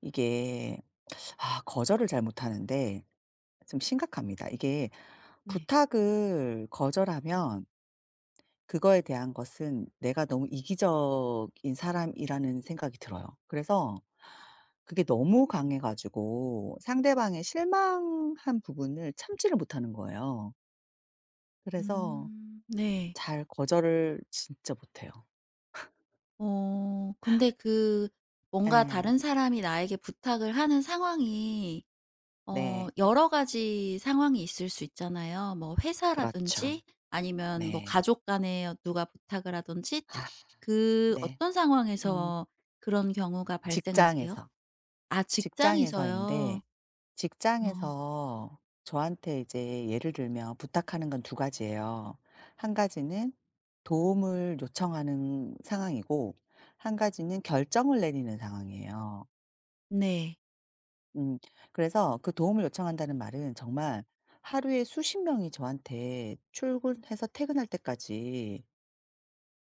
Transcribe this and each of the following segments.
이게 거절을 잘 못하는데 좀 심각합니다. 이게 네. 부탁을 거절하면 그거에 대한 것은 내가 너무 이기적인 사람이라는 생각이 들어요. 그래서 그게 너무 강해 가지고 상대방의 실망한 부분을 참지를 못하는 거예요. 그래서 네. 잘 거절을 진짜 못해요. 근데 뭔가 네, 다른 사람이 나에게 부탁을 하는 상황이 네. 여러 가지 상황이 있을 수 있잖아요. 뭐 그렇죠. 회사라든지 아니면 뭐 네. 가족 간에 누가 부탁을 하든지 특 아 그 네. 어떤 음, 상황에서 그런 경우가 발생하세요? 직장에서. 아 직장에서인데 직장에서요? 어 직장에서 저한테 이제 예를 들면 부탁하는 건 두 가지예요. 한 가지는 도움을 요청하는 상황이고 한 가지는 결정을 내리는 상황이에요. 네. 음, 그래서 그 도움을 요청한다는 말은 정말 하루에 수십 명이 저한테 출근해서 퇴근할 때까지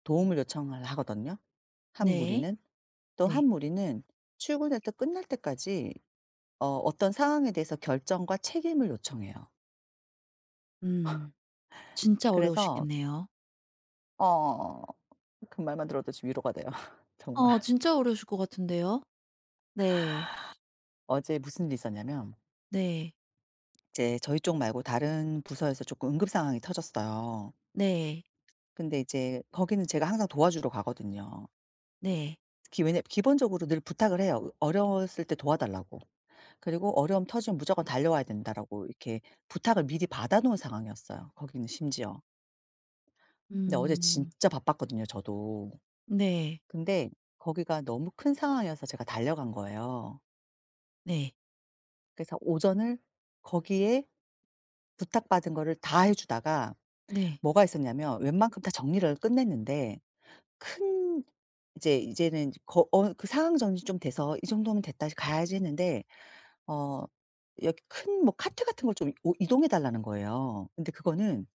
도움을 요청을 하거든요, 한 네. 무리는. 또 네. 한 무리는 출근해서 끝날 때까지 어떤 상황에 대해서 결정과 책임을 요청해요. 음. 진짜 그래서 어려우시겠네요. 어 그 말만 들어도 지금 위로가 돼요. 정말. 어 진짜 어려우실 것 같은데요. 네. 어제 무슨 일이 있었냐면 네. 이제 저희 쪽 말고 다른 부서에서 조금 응급 상황이 터졌어요. 네. 근데 이제 거기는 제가 항상 도와주러 가거든요. 네. 기 왜냐 기본적으로 늘 부탁을 해요. 어려웠을 때 도와달라고. 그리고 어려움 터지면 무조건 달려와야 된다라고 이렇게 부탁을 미리 받아 놓은 상황이었어요 거기는 심지어. 근데 어제 음. 진짜 바빴거든요 저도. 네. 근데 거기가 너무 큰 상황이어서 제가 달려간 거예요. 네. 그래서 오전을 거기에 부탁받은 거를 다 해 주다가 네. 뭐가 있었냐면 웬만큼 다 정리를 끝냈는데 큰 이제 이제는 거 어 그 상황 정리 좀 돼서 '이 정도면 됐다. 가야지.' 했는데 어 여기 큰 뭐 카트 같은 걸 좀 이동해 달라는 거예요. 근데 그거는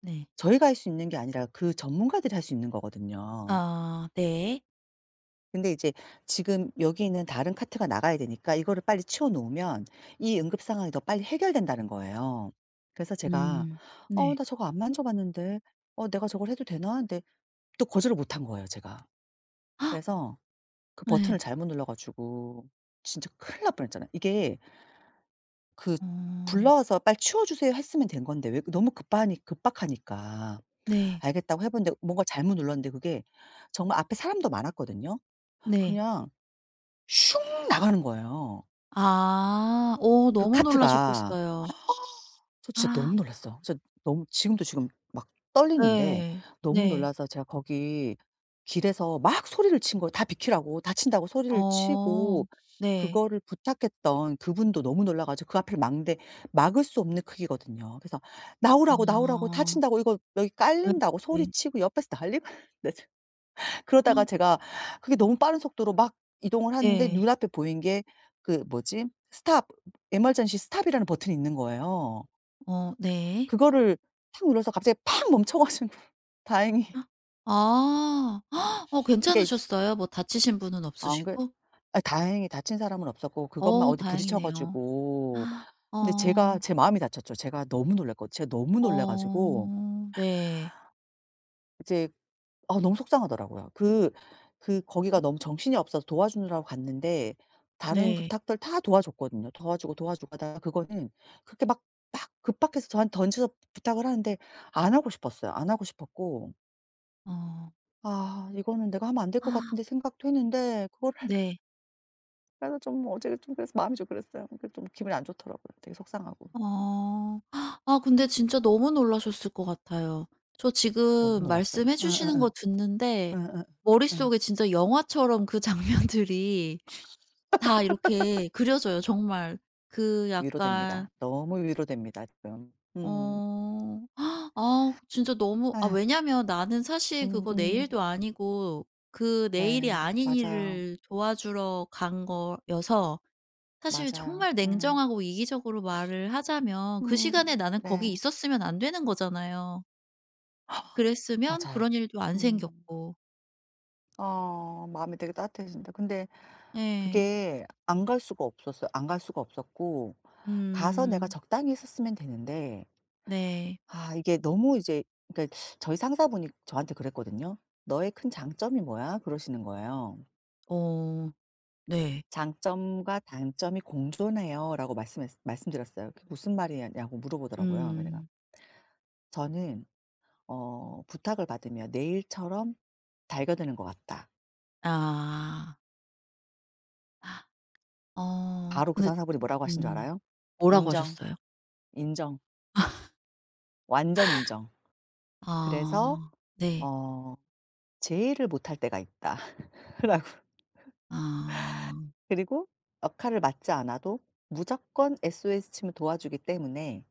네. 저희가 할 수 있는 게 아니라 그 전문가들이 할 수 있는 거거든요. 아 네. 근데 이제 지금 여기 있는 다른 카트가 나가야 되니까 이거를 빨리 치워 놓으면 이 응급 상황이 더 빨리 해결된다는 거예요. 그래서 제가 음. 네. 나 저거 안 만져 봤는데. 어 내가 저걸 해도 되나?" 근데 또 거절을 못한 거예요 제가. 그래서 그 버튼을 네 잘못 눌러 가지고 진짜 큰일 날 뻔했잖아요. 이게 그 어. 불러서 "빨리 치워 주세요." 했으면 된 건데 왜 너무 급하니 급박하니까 네. 알겠다고 해 봤는데 뭔가 잘못 눌렀는데 그게 정말 앞에 사람도 많았거든요. 네. 그냥 슝 나가는 거예요. 아. 어 그 너무 카트가. 놀라셨겠어요. 저 진짜 아. 너무 놀랐어요. 진짜 너무 지금도 지금 막 떨리는데 예. 너무 네. 놀라서 제가 거기 길에서 막 소리를 친 거예요. 다 비키라고 다친다고 소리를 어. 치고 네. 그거를 부탁했던 그분도 너무 놀라 가지고 그 앞을 막는데 막을 수 없는 크기거든요. 그래서 "나오라고, 나오라고. 어. 다친다고. 이거 여기 네. 깔린다고." 네. 소리치고 옆에서 난리가 났는데 그러다가 제가 그게 너무 빠른 속도로 막 이동을 하는데 눈앞에 보인 게 그 뭐지? 스탑 에 m e 시 스탑 이라는 버튼이 있는 거예요. 어 네. 그거를 탁 눌러서 갑자기 팍 멈춰 가지고 다행히 아. 어 그러니까 이제 괜찮으셨어요? 뭐 다치신 분은 안 그래 없으시고? 아 다행히 다친 사람은 없었고 그것만 어 어디 부딪혀 다행이네요. 가지고 아. 근데 제가 어. 제 마음이 다쳤죠. 제가 너무 놀라 가지고 어. 네. 이제 아 너무 속상하더라고요. 그 거기가 너무 정신이 없어서 도와주느라고 갔는데 다른 네. 부탁들 다 도와줬거든요. 도와주고 도와주고 하다가 그거는 그렇게 막 급박해서 저한테 던져서 부탁을 하는데 안 하고 싶었어요. 안 하고 싶었고 어. '아 이거는 내가 하면 안 될 것 아 같은데.' 생각도 했는데 그걸 네. 하려니까 좀 어제 좀 그래서 마음이 좀 그랬어요. 그게 좀 기분이 안 좋더라고요. 되게 속상하고. 어. 아 근데 진짜 너무 놀라셨을 것 같아요. 저 너무 지금 놀랐어요. 말씀해 주시는 예예예. 거 듣는데 예예. 예. 머릿속에 진짜 영화처럼 그 장면들이 다 이렇게 그려져요. 정말 그 약간 위로됩니다. 너무 위로됩니다 지금. 음. 어. 아 진짜 너무 아 아휴. 왜냐면 나는 사실 그거 내 음음. 일도 아니고 그 내 일이 네. 아닌 맞아요. 일을 도와주러 간 거여서 사실 맞아요. 정말 네. 냉정하고 이기적으로 말을 하자면 그 시간에 나는 거기 네. 있었으면 안 되는 거잖아요. 그랬으면 맞아요. 그런 일도 안 음. 생겼고. 어 마음이 되게 따뜻해진다. 근데 네. 그게 안 갈 수가 없었어요. 안 갈 수가 없었고 가서 내가 음. 적당히 있었으면 되는데 네. 아 이게 너무 이제 그러니까 저희 상사분이 저한테 그랬거든요. "너의 큰 장점이 뭐야?" 그러시는 거예요. 어 네. "장점과 단점이 공존해요."라고 말씀했 말씀드렸어요. "그게 무슨 말이냐."고 물어보더라고요. 그래서 내가 음. "저는" 어 부탁을 받으며 "내일처럼 달겨드는 것 같다." 아. 어 바로 그 근데 상사분이 뭐라고 하신 줄 음 알아요? 뭐라고 "인정, 하셨어요? 인정. 완전 인정. 그래서 아 네. 어 제의를 못할 때가 있다."라고. 아 그리고 역할을 맡지 않아도 무조건 SOS 치면 도와주기 때문에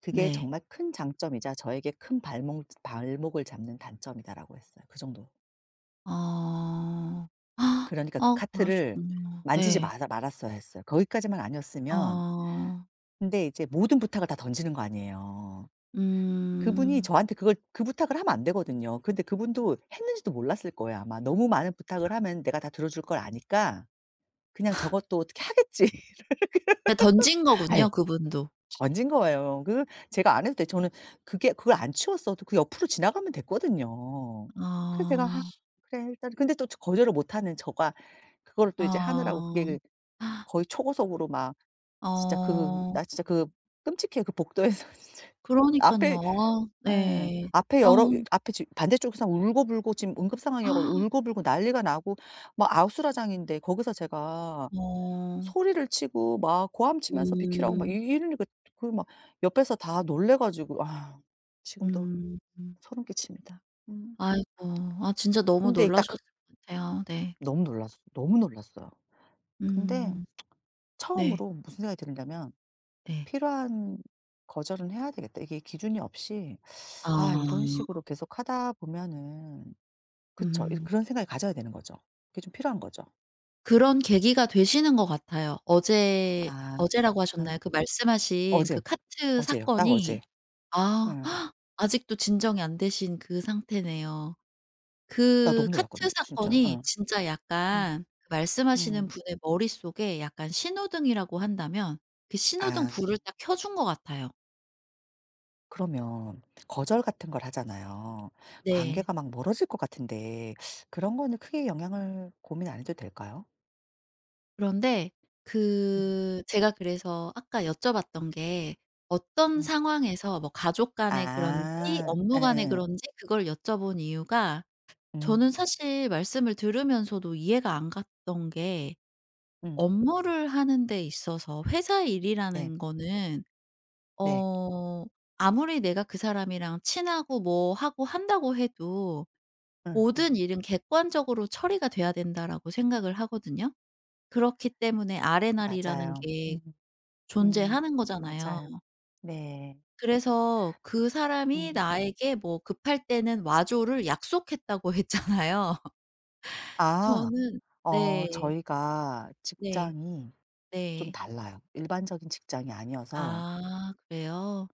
"그게 네. 정말 큰 장점이자 저에게 큰 발목을 잡는 단점이다."라고 했어요. 그 정도. 어. 아, 그러니까 그 어 카트를 그러시군요. 만지지 네. 마라 말았어야 했어요. 거기까지만 아니었으면 어. 근데 이제 모든 부탁을 다 던지는 거 아니에요. 그분이 음. 저한테 그걸 그 부탁을 하면 안 되거든요. 근데 그분도 했는지도 몰랐을 거예요, 아마. 너무 많은 부탁을 하면 내가 다 들어줄 걸 아니까 그냥 저것도 어떻게 하겠지. 그냥 던진 아이 거군요 그분도. 던진 거예요. 그 제가 안 해도 돼 저는 그게 그걸 안 치웠어도 그 옆으로 지나가면 됐거든요. 그래서 제가 '아 어. 그래 일단' 근데 또 거절을 못 하는 저가 그거를 또 이제 하느라고 그게 어. 그 거의 초고속으로 막 진짜 그 어. 나 진짜 그 끔찍해 그 복도에서 진짜 그러니까요 앞에 어.. 예. 네. 어, 앞에 지금 반대쪽 에서 울고불고 지금 응급 아. 상황이어 가지고 울고불고 난리가 나고 막 아우스라장인데 거기서 제가 어. 소리를 치고 막 고함 치면서 비키라고 막 이 음. 이러니까 옆에서 다 놀래 가지고 아 지금도 음. 음. 소름 끼칩니다. 음. 아이고. 아 진짜 너무 근데 딱 놀라셨을 그 것 같아요. 네. 너무 놀랐어. 너무 놀랐어요. 근데 음. 네. 처음으로 무슨 생각이 들었냐면 네. '필요한 거절은 해야 되겠다.' 이게 기준이 없이 아. '아 이런 식으로 계속하다 보면은 그쵸. 이 음. 그런 생각을 가져야 되는 거죠. 그게 좀 필요한 거죠. 그런 계기가 되시는 것 같아요. 어제 아. 어제라고 하셨나요? 그 말씀하신 그 어제, 카트 어제요. 딱 사건이 어제. 아 응. 아직도 진정이 안 되신 그 상태네요. 나 그 너무 놀랐거든요 카트 진짜. 사건이 응. 진짜 응. 약간 그 말씀하시는 응. 분의 머릿속에 약간 신호등이라고 한다면 그 신호등 아. 불을 딱 켜준 것 같아요. 그러면 거절 같은 걸 하잖아요. 네. 관계가 막 멀어질 것 같은데 그런 거는 크게 영향을 고민 안 해도 될까요? 그런데 음. 그 제가 그래서 아까 여쭤봤던 게 어떤 음. 상황에서 뭐 가족 간에 그런지 아. 예 업무 예 간에 예. 그런지 그걸 여쭤본 이유가 저는 음. 사실 말씀을 들으면서도 이해가 안 갔던 게 음. 업무를 하는 데 있어서 회사 네. 일이라는 거는 네. 어 아무리 내가 그 사람이랑 친하고 뭐 하고 한다고 해도 응. '모든 일은 객관적으로 처리가 돼야 된다.'라고 생각을 하거든요. 그렇기 때문에 아레날이라는 맞아요. 게 음. 음. 존재하는 거잖아요. 맞아요. 네. 그래서 그 사람이 음. 나에게 뭐 급할 때는 와줘를 약속했다고 했잖아요. 아. 저는 네. 저희가 네. 직장이 좀 네. 달라요. 일반적인 직장이 아니어서 아 그래요?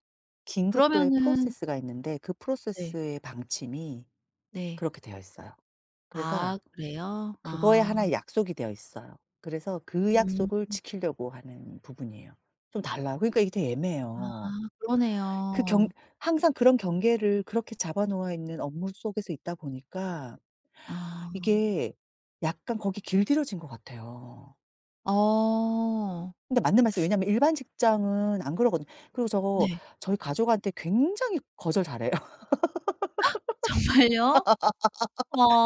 긴급도의 그러면은 프로세스가 있는데 그 네. 프로세스의 방침이 네. 그렇게 되어 있어요. 아 그래서 그래요? 그거에 아. 하나의 약속이 되어 있어요. 그래서 그 음. 약속을 지키려고 하는 부분이에요. 좀 달라요. 그러니까 이게 되게 아 애매해요. 그 경 그러네요. 항상 그런 경계를 그렇게 잡아 놓아 있는 업무 속에서 있다 보니까 아. 이게 약간 거기 길들여진 것 같아요. 어. 근데 맞는 말씀 왜냐면 일반 직장은 안 그러거든요. 그리고 저 네. 저희 가족한테 굉장히 거절 잘해요. 정말요?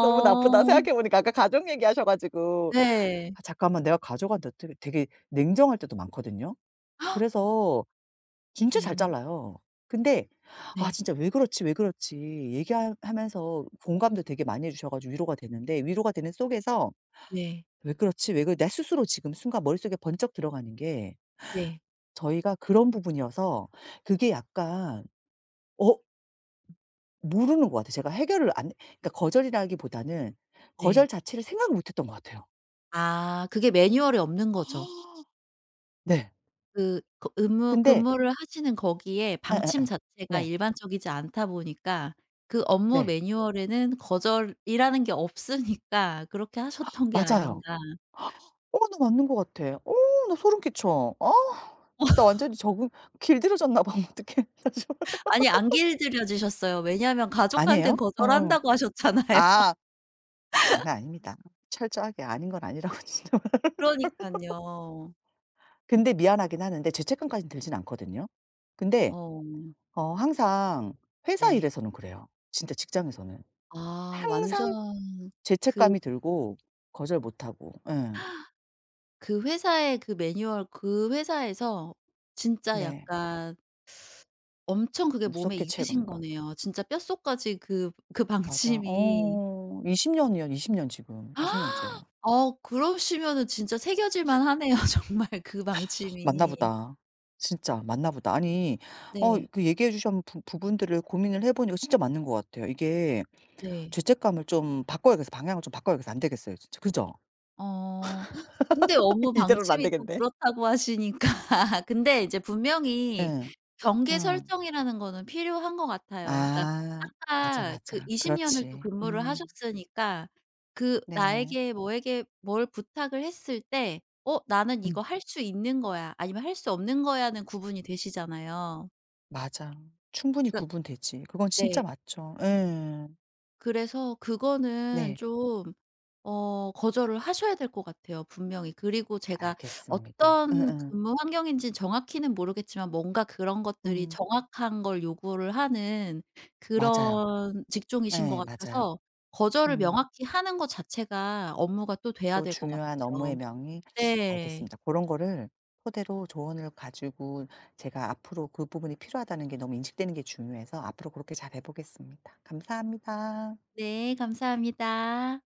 너무 나쁘다 생각해 보니까 아까 가족 얘기하셔 가지고 네. 아 잠깐만 내가 가족한테 어게 되게 냉정할 때도 많거든요. 그래서 진짜 잘 음. 잘라요. 근데 아 네. 진짜 '왜 그렇지, 왜 그렇지.' 얘기하 면서 공감도 되게 많이 해 주셔 가지고 위로가 되는데 위로가 되는 속에서 네. '왜 그렇지, 왜 그렇' 내 스스로 지금 순간 머릿속에 번쩍 들어가는 게 네. 저희가 그런 부분이어서 그게 약간 어 모르는 것 같아요. 제가 해결을 안 그러니까 거절이라기보다는 거절 네. 자체를 생각을 못 했던 것 같아요. 아 그게 매뉴얼에 없는 거죠. 네. 그 거 의무 근데 근무를 하시는 거기에 방침 예예예. 자체가 네. 일반적이지 않다 보니까 그 업무 네. 매뉴얼에는 거절이라는 게 없으니까 그렇게 하셨던 게 맞아요. 아닌가. 어 나 맞는 것 같아. 어 나 소름 끼쳐. 어 나 완전히 적응 길들여졌나 봐. 어떡해. 나 좀 아니 안 길들여지셨어요. 왜냐하면 가족한테는 아니에요? 어어. 거절한다고 하셨잖아요. 아 장난 아닙니다. 철저하게 아닌 건 아니라고 진짜 말 그러니깐요. 근데 미안하긴 하는데 죄책감까지는 들진 않거든요. 근데 어 어 항상 회사 네. 일에서는 그래요. 진짜 직장에서는. 아 완전 항상 그 죄책감이 들고 거절 못하고. 예. 회사의 그 매뉴얼 그 회사에서 진짜 네. 약간 엄청 그게 몸에 무섭게 익으신 채근가. 거네요. 진짜 뼛속까지 그 맞아. 방침이. 어 20 년이요. 20 년 지금. 20 년째예요. 어 그러시면은 진짜 새겨질 만하네요 정말 그 맞나 방침이. 보다. 진짜 맞나 보다. 아니 어 네. 그 얘기해 주신 부 부분들을 고민을 해 보니까 진짜 맞는 것 같아요. 이게 네. 죄책감을 좀 바꿔야겠어. 방향을 좀 바꿔야겠어. 안 되겠어요 진짜. 그죠? 어 근데 너무 이대로는 안 방침이 또 되겠네. 그렇다고 하시니까 근데 이제 분명히 예. 경계 음. 설정이라는 거는 필요한 것 같아요. 그러니까 아. 맞아, 회사 그 맞아. 20 년을 또 그렇지. 근무를 음. 하셨으니까 그 네. 나에게 뭐에게 뭘 부탁을 했을 때 '어 나는 이거 음. 할 수 있는 거야.' 아니면 '할 수 없는 거야.'는 구분이 되시잖아요. 맞아. 충분히 그러니까 구분되지. 그건 진짜 네. 맞죠. 예. 그래서 그거는 네. 좀 거절을 하셔야 될 것 같아요 분명히. 그리고 제가 알겠습니다. 어떤 응응 근무 환경인지는 정확히는 모르겠지만 뭔가 그런 것들이 음. 정확한 걸 요구를 하는 맞아요. 그런 직종이신 것 예 맞아요. 같아서 거절을 음. 명확히 하는 것 자체가 업무가 또 돼야 또 될 것 중요한 업무의 같아요. 명의 네. 알겠습니다. 그런 거를 토대로 조언을 가지고 제가 앞으로 그 부분이 필요하다는 게 너무 인식되는 게 중요해서 앞으로 그렇게 잘해 보겠습니다. 감사합니다. 네 감사합니다.